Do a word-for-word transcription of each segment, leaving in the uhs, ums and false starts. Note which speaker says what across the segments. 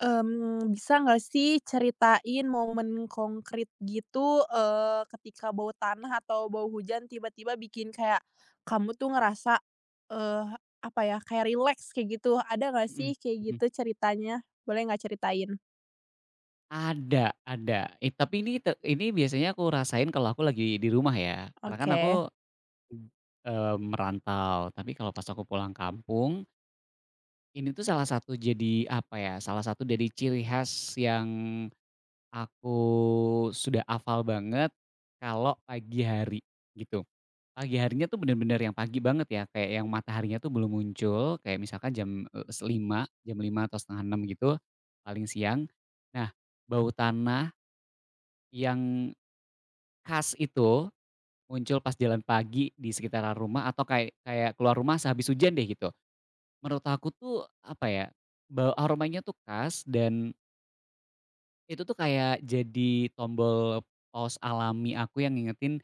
Speaker 1: Mmm, bisa nggak sih ceritain momen konkret gitu, eee, ketika bau tanah atau bau hujan tiba-tiba bikin kayak kamu tuh ngerasa, eee, apa ya, kayak rileks kayak gitu. Ada nggak sih
Speaker 2: Mhm,
Speaker 1: kayak
Speaker 2: mhm.
Speaker 1: gitu ceritanya? Boleh nggak ceritain?
Speaker 2: Ada ada, it tapi ini te ini biasanya aku rasain kalau aku lagi di rumah ya, karena kan
Speaker 1: Oke.
Speaker 2: aku, eee, merantau. Tapi kalau pas aku pulang kampung, ini tuh salah satu, jadi, apa ya, salah satu dari ciri khas yang aku sudah hafal banget kalau pagi hari, gitu. Pagi harinya tuh bener-bener yang pagi banget ya, kayak yang mataharinya tuh belum muncul, kayak misalkan jam, eee, se lima, jam lima atau setengah enam gitu, paling siang. Nah, bau tanah Yang khas itu muncul pas jalan pagi di sekitaran rumah atau kayak kayak keluar rumah sehabis hujan deh gitu. Menurut aku tuh apa ya, bau aromanya tuh khas dan itu tuh kayak jadi tombol pause alami aku yang ngingetin,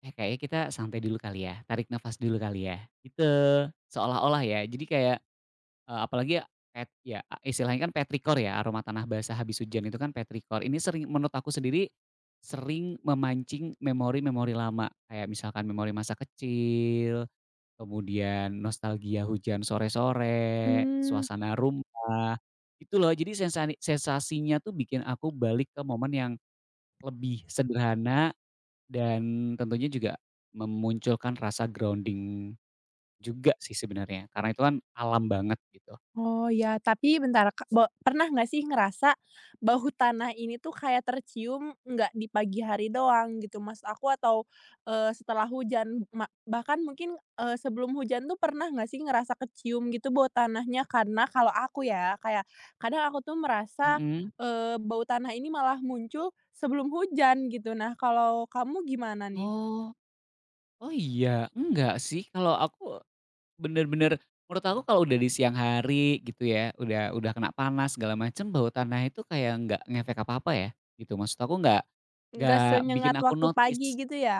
Speaker 2: "Eh, kayaknya kita santai dulu kali ya, tarik nafas dulu kali ya." Gitu, seolah-olah ya. Jadi kayak, Eee, apalagi ya, pet ya istilahnya kan petrikor ya, aroma tanah basah habis hujan itu kan petrikor Ini sering, menurut aku sendiri, sering memancing memori-memori lama. Kayak misalkan memori masa kecil, kemudian nostalgia hujan sore-sore,
Speaker 1: Mmm.
Speaker 2: suasana rumah, gitu loh. Jadi sensasi sensasinya tuh bikin aku balik ke momen yang lebih sederhana, dan tentunya juga memunculkan rasa grounding juga sih sebenarnya, karena itu kan alam banget gitu.
Speaker 1: Oh ya, tapi bentar, Kak, be pernah nggak sih ngerasa bau tanah ini tuh kayak tercium nggak di pagi hari doang gitu mas aku atau, eh setelah hujan ma bahkan mungkin, eh sebelum hujan tuh pernah nggak sih ngerasa kecium gitu bau tanahnya? Karena kalau aku ya kayak kadang aku tuh merasa,
Speaker 2: Mhm.
Speaker 1: eee, bau tanah ini malah muncul sebelum hujan gitu. Nah kalau kamu gimana nih?
Speaker 2: Oh, oh iya, enggak sih. Kalau aku bener-bener, menurut aku kalau udah di siang hari gitu ya, udah udah kena panas segala macem, bau tanah itu kayak nggak ngefek apa-apa ya, gitu. Maksud aku nggak
Speaker 1: Nggak
Speaker 2: nggak bikin
Speaker 1: senyengat
Speaker 2: aku
Speaker 1: waktu pagi
Speaker 2: notice.
Speaker 1: gitu ya?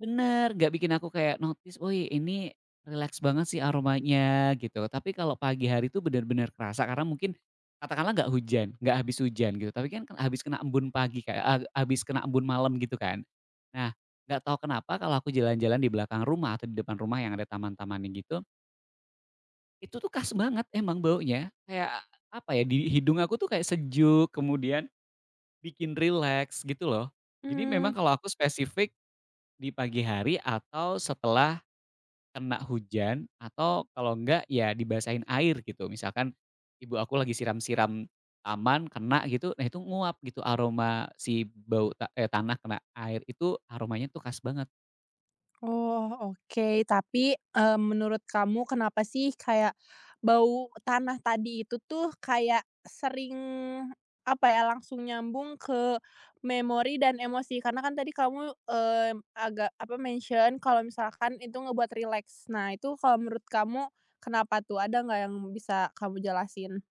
Speaker 2: Bener, nggak bikin aku kayak notice, "Wih, ini relax banget sih aromanya," gitu. Tapi kalau pagi hari itu benar-benar kerasa karena mungkin katakanlah nggak hujan, nggak habis hujan gitu, tapi kan ken habis kena embun pagi, kayak a habis kena embun malam gitu kan. Nah, nggak tahu kenapa kalau aku jalan-jalan di belakang rumah atau di depan rumah yang ada taman-tamannya gitu, itu tuh khas banget emang baunya. Kayak apa ya, di hidung aku tuh kayak sejuk, kemudian bikin relax gitu loh. Jadi memang
Speaker 1: Mmm.
Speaker 2: kalau aku spesifik di pagi hari atau setelah Kena hujan, atau kalau enggak ya dibasahin air gitu. Misalkan ibu aku lagi siram-siram taman kena gitu, nah itu nguap gitu aroma si bau ta eee, tanah kena air itu aromanya tuh khas banget.
Speaker 1: Oh, oke. Tapi, eee, menurut kamu kenapa sih kayak bau tanah tadi itu tuh kayak sering, apa ya, langsung nyambung ke memori dan emosi? Karena kan tadi kamu, mmm, agak, apa, mention kalau misalkan itu ngebuat rileks. Nah, itu kalau menurut kamu kenapa tuh? Ada nggak yang bisa kamu jelasin?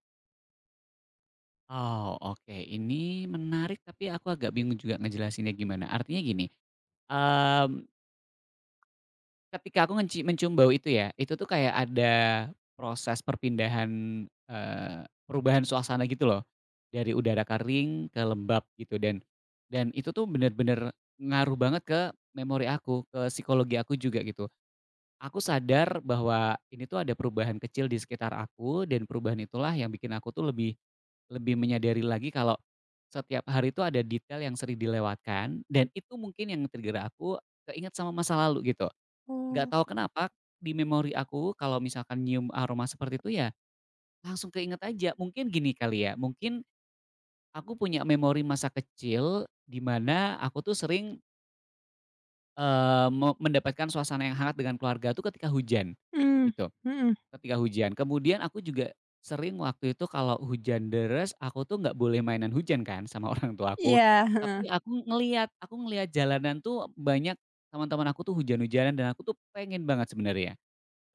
Speaker 2: Oh, oke, ini menarik tapi aku agak bingung juga ngejelasinnya gimana. Artinya gini, mmm ketika aku ngeci mencium bau itu ya, itu tuh kayak ada proses perpindahan, eee, perubahan suasana gitu loh, dari udara kering ke lembab gitu, dan dan itu tuh bener-bener ngaruh banget ke memori aku, ke psikologi aku juga gitu. Aku sadar bahwa ini tuh ada perubahan kecil di sekitar aku, dan perubahan itulah yang bikin aku tuh lebih, lebih menyadari lagi kalau setiap hari itu ada detail yang sering dilewatkan, dan itu mungkin yang nge-trigger aku keinget sama masa lalu gitu. Nggak tahu
Speaker 1: Oh,
Speaker 2: kenapa, di memori aku kalau misalkan nyium aroma seperti itu ya, langsung keinget aja. Mungkin gini kali ya, mungkin aku punya memori masa kecil di mana aku tuh sering, eee, me mendapatkan suasana yang hangat dengan keluarga tuh ketika hujan,
Speaker 1: mmm,
Speaker 2: gitu.
Speaker 1: mhm.
Speaker 2: Ketika hujan, kemudian aku juga sering waktu itu kalau hujan deres, aku tuh nggak boleh mainan hujan kan sama orang tua aku,
Speaker 1: Iya, heeh.
Speaker 2: tapi aku ngelihat, aku ngelihat jalanan tuh banyak teman-teman aku tuh hujan-hujanan, dan aku tuh pengen banget sebenarnya.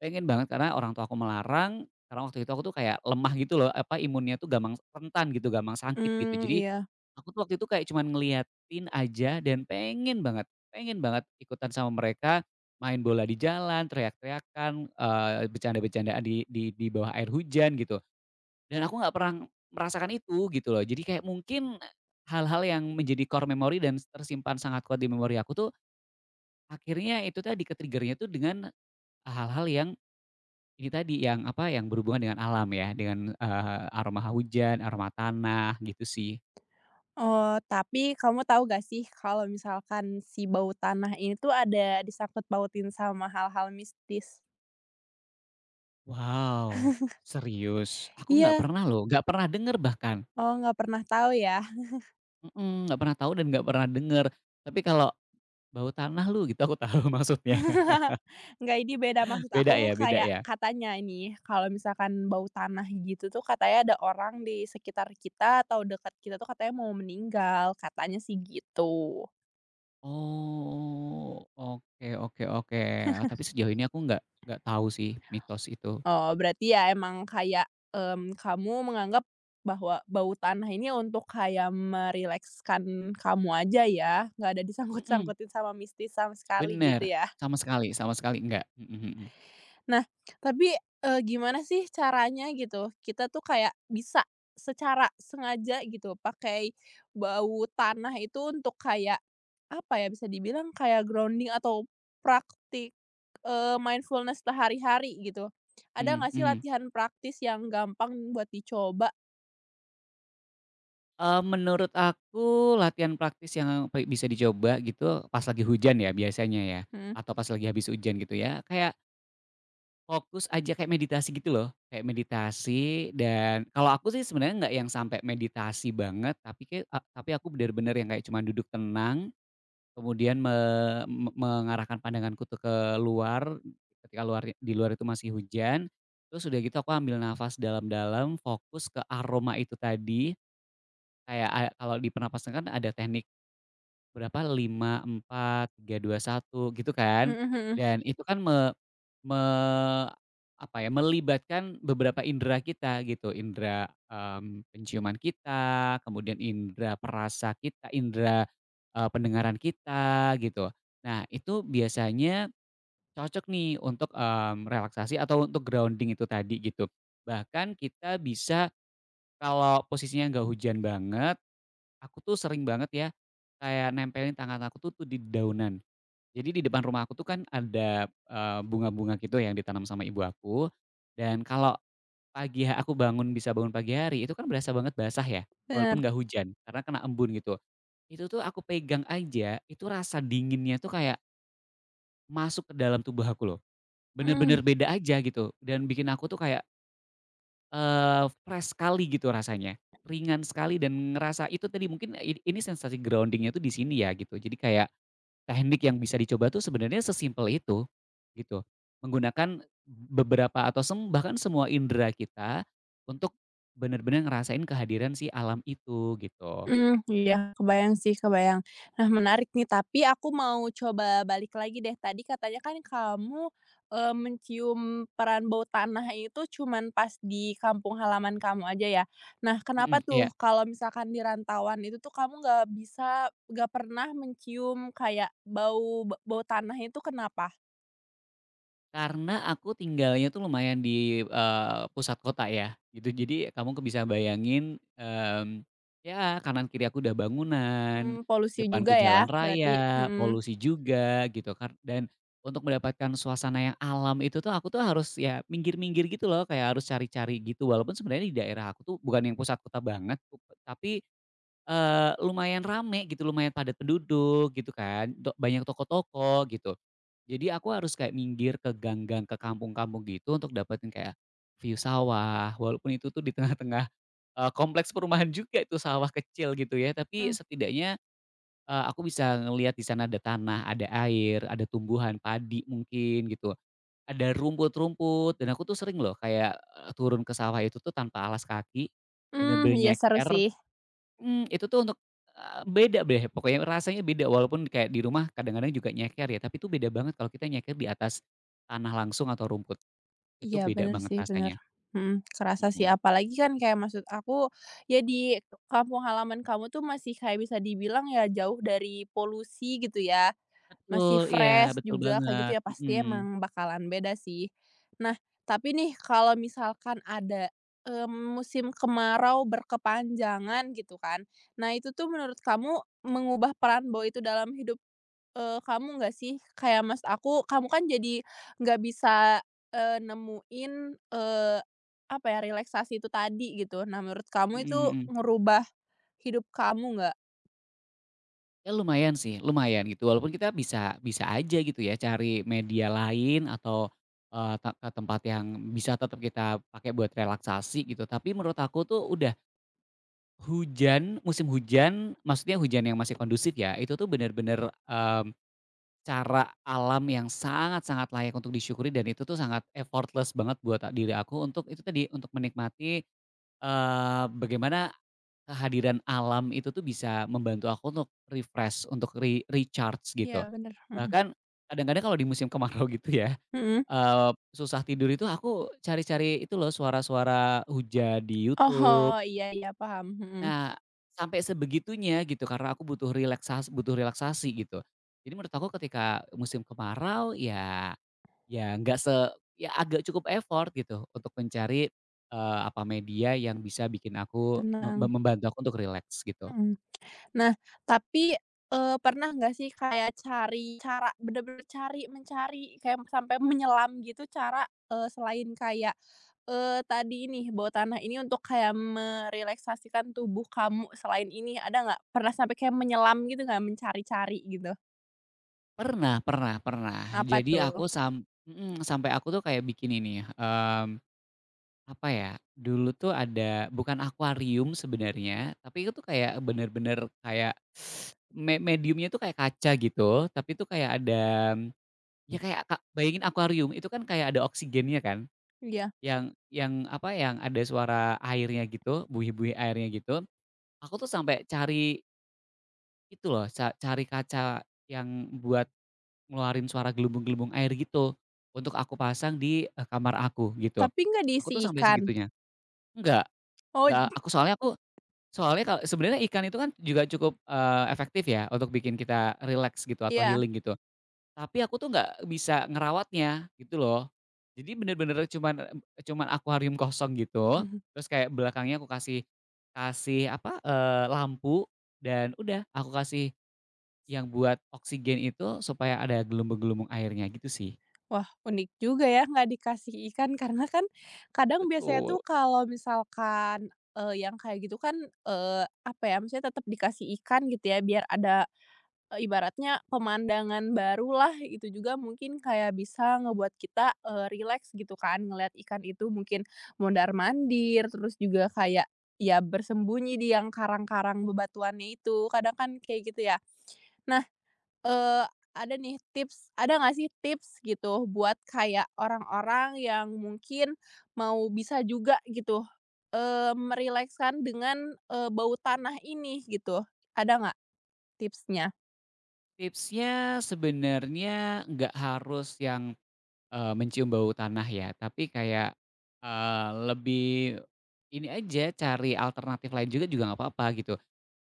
Speaker 2: Pengen banget karena orang tua aku melarang, karena waktu itu aku tuh kayak lemah gitu loh, apa, imunnya tuh gampang rentan gitu, gampang sakit gitu.
Speaker 1: Mmm,
Speaker 2: Jadi,
Speaker 1: iya.
Speaker 2: aku tuh waktu itu kayak cuman ngeliatin aja dan pengen banget, pengen banget ikutan sama mereka, main bola di jalan, teriak-teriakan, eee, bercanda-bercandaan di di di bawah air hujan gitu. Dan aku nggak pernah merasakan itu gitu loh. Jadi kayak mungkin hal-hal yang menjadi core memory dan tersimpan sangat kuat di memori aku tuh, akhirnya itu tadi, ke tuh dengan hal-hal yang ini tadi yang, apa, yang berhubungan dengan alam ya, dengan, eee, aroma hujan, aroma tanah, gitu sih.
Speaker 1: Oh, tapi kamu tahu gak sih kalau misalkan si bau tanah ini tuh ada disangkut pautin sama hal-hal mistis?
Speaker 2: Wow, serius? Aku nggak
Speaker 1: Iya.
Speaker 2: pernah loh, nggak pernah denger bahkan.
Speaker 1: Oh, nggak pernah tahu ya?
Speaker 2: Mhm, nggak pernah tahu dan nggak pernah denger. Tapi kalau, "Bau tanah lu," gitu aku tahu maksudnya.
Speaker 1: Nggak, ini beda. Maksud
Speaker 2: Beda
Speaker 1: aku
Speaker 2: ya, beda
Speaker 1: kayak
Speaker 2: ya?
Speaker 1: katanya ini, kalau misalkan bau tanah gitu tuh katanya ada orang di sekitar kita atau dekat kita tuh katanya mau meninggal, katanya sih gitu.
Speaker 2: Oh, oke, oke, oke. Oh, tapi sejauh ini aku nggak nggak tahu sih mitos itu.
Speaker 1: Oh, berarti ya emang kayak, mmm, kamu menganggap bahwa bau tanah ini untuk kayak merilekskan kamu aja ya, nggak ada
Speaker 2: Mhm,
Speaker 1: disangkut-sangkutin sama mistis sama sekali gitu
Speaker 2: bener,
Speaker 1: ya?
Speaker 2: sama sekali, sama sekali nggak. Mhm, mhm.
Speaker 1: Nah, tapi, eee, gimana sih caranya gitu, kita tuh kayak bisa secara sengaja gitu pakai bau tanah itu untuk kayak, apa ya, bisa dibilang kayak grounding atau praktik, eee, mindfulness sehari-hari gitu. Ada
Speaker 2: Mhm,
Speaker 1: nggak sih
Speaker 2: mhm.
Speaker 1: latihan praktis yang gampang buat dicoba?
Speaker 2: Eee, menurut aku latihan praktis yang pe bisa dicoba gitu pas lagi hujan ya biasanya ya,
Speaker 1: Mhm.
Speaker 2: atau pas lagi habis hujan gitu ya, kayak fokus aja kayak meditasi gitu loh, kayak meditasi, dan kalau aku sih sebenarnya nggak yang sampai meditasi banget, tapi kayak a tapi aku bener-bener yang kayak cuman duduk tenang, kemudian me me mengarahkan pandanganku tuh ke luar, ketika luar di luar itu masih hujan, terus udah gitu aku ambil nafas dalam-dalam, fokus ke aroma itu tadi. Kayak a kalau di pernapasan kan ada teknik berapa lima empat tiga dua satu gitu kan.
Speaker 1: Mhm mhm.
Speaker 2: Dan itu kan me me apa ya, melibatkan beberapa indera kita gitu, indera, mmm, penciuman kita, kemudian indera perasa kita, indera, eee, pendengaran kita gitu. Nah itu biasanya cocok nih untuk, mmm, relaksasi atau untuk grounding itu tadi gitu. Bahkan kita bisa kalau posisinya nggak hujan banget. Aku tuh sering banget ya, kayak nempelin tangan aku tuh tuh di daunan. Jadi di depan rumah aku tuh kan ada, eee, bunga-bunga gitu yang ditanam sama ibu aku, dan kalau pagi ha aku bangun, bisa bangun pagi hari, itu kan berasa banget basah ya, walaupun
Speaker 1: Bener.
Speaker 2: nggak hujan, karena kena embun gitu. Itu tuh aku pegang aja, itu rasa dinginnya tuh kayak masuk ke dalam tubuh aku loh,
Speaker 1: Mhm.
Speaker 2: bener-bener beda aja gitu, dan bikin aku tuh kayak Eee, fresh sekali gitu rasanya, ringan sekali, dan ngerasa itu tadi mungkin i ini sensasi grounding-nya tuh di sini ya gitu. Jadi kayak teknik yang bisa dicoba tuh sebenarnya sesimpel itu, gitu. Menggunakan beberapa atau sem bahkan semua indera kita untuk benar-benar ngerasain kehadiran si alam itu gitu.
Speaker 1: Mmm, iya, kebayang sih, kebayang. Nah, menarik nih, tapi aku mau coba balik lagi deh. Tadi katanya kan kamu, eee, mencium peran bau tanah itu cuman pas di kampung halaman kamu aja ya. Nah, kenapa
Speaker 2: Mhm, iya.
Speaker 1: tuh kalau misalkan di rantauan itu tuh kamu nggak bisa nggak pernah mencium kayak bau ba bau tanah itu kenapa?
Speaker 2: Karena aku tinggalnya tuh lumayan di, eee, pusat kota ya, gitu. Jadi kamu ke bisa bayangin, mmm, ya kanan kiri aku udah bangunan,
Speaker 1: Mmm, polusi
Speaker 2: depanku
Speaker 1: juga ya
Speaker 2: jalan
Speaker 1: berarti?
Speaker 2: raya,
Speaker 1: Mhm.
Speaker 2: polusi juga gitu kan. Dan untuk mendapatkan suasana yang alam itu tuh aku tuh harus ya minggir-minggir gitu loh, kayak harus cari-cari gitu. Walaupun sebenarnya di daerah aku tuh bukan yang pusat kota banget, tapi, eee, lumayan rame gitu, lumayan padat penduduk gitu kan, do banyak toko-toko gitu. Jadi aku harus kayak minggir ke gang-gang, ke kampung-kampung gitu untuk dapetin kayak view sawah, walaupun itu tuh di tengah-tengah, eee, kompleks perumahan juga itu sawah kecil gitu ya, tapi
Speaker 1: Mmm
Speaker 2: setidaknya, eee, aku bisa ngelihat di sana ada tanah, ada air, ada tumbuhan padi mungkin gitu, ada rumput-rumput, dan aku tuh sering loh kayak, eee, turun ke sawah itu tuh tanpa alas kaki,
Speaker 1: mmm,
Speaker 2: bener-bener
Speaker 1: iya seru
Speaker 2: nyeker.
Speaker 1: sih.
Speaker 2: Mmm, itu tuh untuk, eee, beda deh pokoknya, rasanya beda, walaupun kayak di rumah kadang-kadang juga nyeker ya, tapi itu beda banget kalau kita nyeker di atas tanah langsung atau rumput, itu
Speaker 1: Iya
Speaker 2: beda
Speaker 1: bener
Speaker 2: banget
Speaker 1: sih, bener.
Speaker 2: rasanya,
Speaker 1: Mhm, kerasa sih
Speaker 2: mhm.
Speaker 1: apalagi kan kayak maksud aku, ya di kampung halaman kamu tuh masih kayak bisa dibilang ya jauh dari polusi gitu ya,
Speaker 2: Betul,
Speaker 1: masih
Speaker 2: iya,
Speaker 1: fresh
Speaker 2: betul
Speaker 1: juga kayak gitu
Speaker 2: banget.
Speaker 1: ya
Speaker 2: Mhm,
Speaker 1: pasti emang bakalan beda sih. Nah, tapi nih kalau misalkan ada, mmm, musim kemarau berkepanjangan gitu kan, nah itu tuh menurut kamu mengubah peran Bow itu dalam hidup Eee, kamu nggak sih kayak maksud aku, kamu kan jadi nggak bisa, eee, nemuin, eee, apa ya, relaksasi itu tadi gitu. Nah, menurut kamu
Speaker 2: mhm,
Speaker 1: itu
Speaker 2: mhm.
Speaker 1: ngerubah hidup kamu nggak?
Speaker 2: Ya lumayan sih, lumayan gitu, walaupun kita bisa, bisa aja gitu ya, cari media lain atau, eee, te ke tempat yang bisa tetap kita pakai buat relaksasi gitu, tapi menurut aku tuh udah. Hujan, musim hujan, maksudnya hujan yang masih kondusif ya, itu tuh benar-benar, mmm, cara alam yang sangat-sangat layak untuk disyukuri, dan itu tuh sangat effortless banget buat ah, diri aku untuk itu tadi, untuk menikmati, eee, bagaimana kehadiran alam itu tuh bisa membantu aku untuk refresh, untuk re recharge
Speaker 1: Iya
Speaker 2: gitu.
Speaker 1: bener, mhm,
Speaker 2: Bahkan kadang-kadang kalau di musim kemarau gitu ya,
Speaker 1: mhm.
Speaker 2: eee, susah tidur itu aku cari-cari itu loh suara-suara hujan di YouTube.
Speaker 1: Oh, iya iya paham, mhm,
Speaker 2: Nah, sampai sebegitunya gitu, karena aku butuh relaksasi, butuh relaksasi gitu. Jadi menurut aku ketika musim kemarau ya, ya nggak se ya agak cukup effort gitu untuk mencari, eee, apa media yang bisa bikin aku
Speaker 1: tenang,
Speaker 2: me membantu aku untuk relax gitu.
Speaker 1: mhm. Nah, tapi, eee, pernah nggak sih kayak cari cara bener-bener cari, mencari kayak sampai menyelam gitu cara, eee, selain kayak Eee, tadi ini, bawa tanah ini untuk kayak merelaksasikan tubuh kamu selain ini, ada nggak? Pernah sampai kayak menyelam gitu nggak, mencari-cari gitu?
Speaker 2: Pernah, pernah, pernah.
Speaker 1: Apa
Speaker 2: Jadi
Speaker 1: tuh?
Speaker 2: aku sam mhm, sampai aku tuh kayak bikin ini, mmm apa ya, dulu tuh ada bukan akuarium sebenarnya, tapi itu tuh kayak bener-bener kayak me mediumnya tuh kayak kaca gitu, tapi itu kayak ada, ya kayak ka bayangin akuarium itu kan kayak ada oksigennya kan,
Speaker 1: Iya.
Speaker 2: yang yang apa, yang ada suara airnya gitu, buih-buih airnya gitu. Aku tuh sampai cari itu loh, ca cari kaca yang buat ngeluarin suara gelembung-gelembung air gitu, untuk aku pasang di, eee, kamar aku gitu.
Speaker 1: Tapi nggak
Speaker 2: Aku
Speaker 1: diisi
Speaker 2: tuh sampai
Speaker 1: ikan?
Speaker 2: segitunya. Enggak
Speaker 1: Oh,
Speaker 2: enggak, aku soalnya aku. Soalnya kalau sebenarnya ikan itu kan juga cukup, eee, efektif ya untuk bikin kita rileks gitu atau
Speaker 1: iya.
Speaker 2: healing gitu. Tapi aku tuh nggak bisa ngerawatnya gitu loh. Jadi bener-bener cuman, cuman akuarium kosong gitu, terus kayak belakangnya aku kasih kasih apa, eee, lampu, dan udah aku kasih yang buat oksigen itu supaya ada gelembung-gelembung airnya gitu sih.
Speaker 1: Wah, unik juga ya nggak dikasih ikan, karena kan kadang biasanya
Speaker 2: Betul.
Speaker 1: tuh kalau misalkan, eee, yang kayak gitu kan, eee, apa ya, maksudnya tetep dikasih ikan gitu ya biar ada Eee, ibaratnya pemandangan barulah, itu juga mungkin kayak bisa ngebuat kita, eee, rileks gitu kan ngelihat ikan itu mungkin mondar-mandir, terus juga kayak, ya bersembunyi di yang karang-karang bebatuannya itu, kadang kan kayak gitu ya. Nah, eee, ada nih tips ada nggak sih tips gitu buat kayak orang-orang yang mungkin mau bisa juga gitu, eee, merilekskan dengan, eee, bau tanah ini gitu, ada nggak tipsnya?
Speaker 2: Tipsnya sebenarnya nggak harus yang Eee, mencium bau tanah ya, tapi kayak, eee, lebih ini aja, cari alternatif lain juga, juga nggak apa-apa gitu.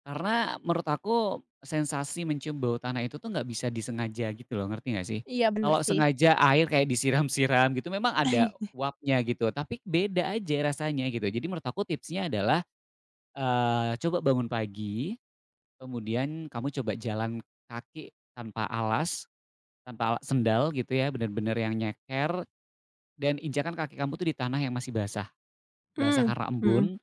Speaker 2: Karena menurut aku sensasi mencium bau tanah itu tuh nggak bisa disengaja gitu loh, ngerti nggak sih?
Speaker 1: Iya bener
Speaker 2: Kalau
Speaker 1: sih.
Speaker 2: sengaja air kayak disiram-siram gitu memang ada uapnya gitu, tapi beda aja rasanya gitu. Jadi menurut aku tipsnya adalah, eee, coba bangun pagi, kemudian kamu coba jalan kaki tanpa alas, tanpa ala sendal gitu ya, benar-benar yang nyeker, dan injakan kaki kamu tuh di tanah yang masih basah, basah
Speaker 1: Mmm,
Speaker 2: karena
Speaker 1: mhm,
Speaker 2: embun,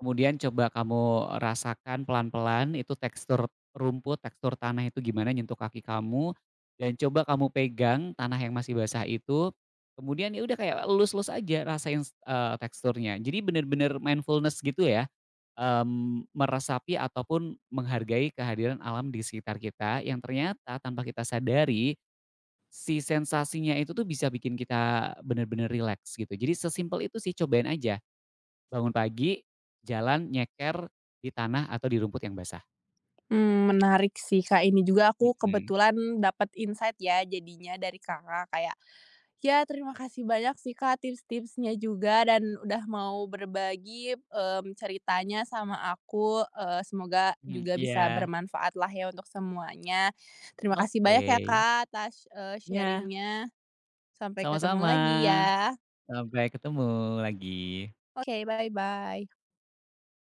Speaker 2: kemudian coba kamu rasakan pelan-pelan itu tekstur rumput, tekstur tanah itu gimana nyentuh kaki kamu, dan coba kamu pegang tanah yang masih basah itu, kemudian ya udah kayak lus lus aja rasain, eee, teksturnya. Jadi bener-bener mindfulness gitu ya, mmm, meresapi ataupun menghargai kehadiran alam di sekitar kita yang ternyata tanpa kita sadari si sensasinya itu tuh bisa bikin kita bener-bener rileks gitu. Jadi sesimpel itu sih, cobain aja. Bangun pagi, jalan, nyeker di tanah atau di rumput yang basah.
Speaker 1: mmm, menarik sih, Kak, ini juga aku
Speaker 2: Mhm,
Speaker 1: kebetulan dapat insight ya jadinya dari Kakak kayak, ya terima kasih banyak sih, Kak, tips-tipsnya juga dan udah mau berbagi, mmm, ceritanya sama aku, eee, semoga
Speaker 2: mhm,
Speaker 1: juga bisa
Speaker 2: iya.
Speaker 1: bermanfaat lah ya untuk semuanya. Terima kasih banyak ya,
Speaker 2: Oke.
Speaker 1: Kak, atas, eee,
Speaker 2: Iya,
Speaker 1: sharing-nya. Sampai ketemu
Speaker 2: sama-sama.
Speaker 1: lagi ya.
Speaker 2: Sampai ketemu lagi.
Speaker 1: Oke, bye-bye.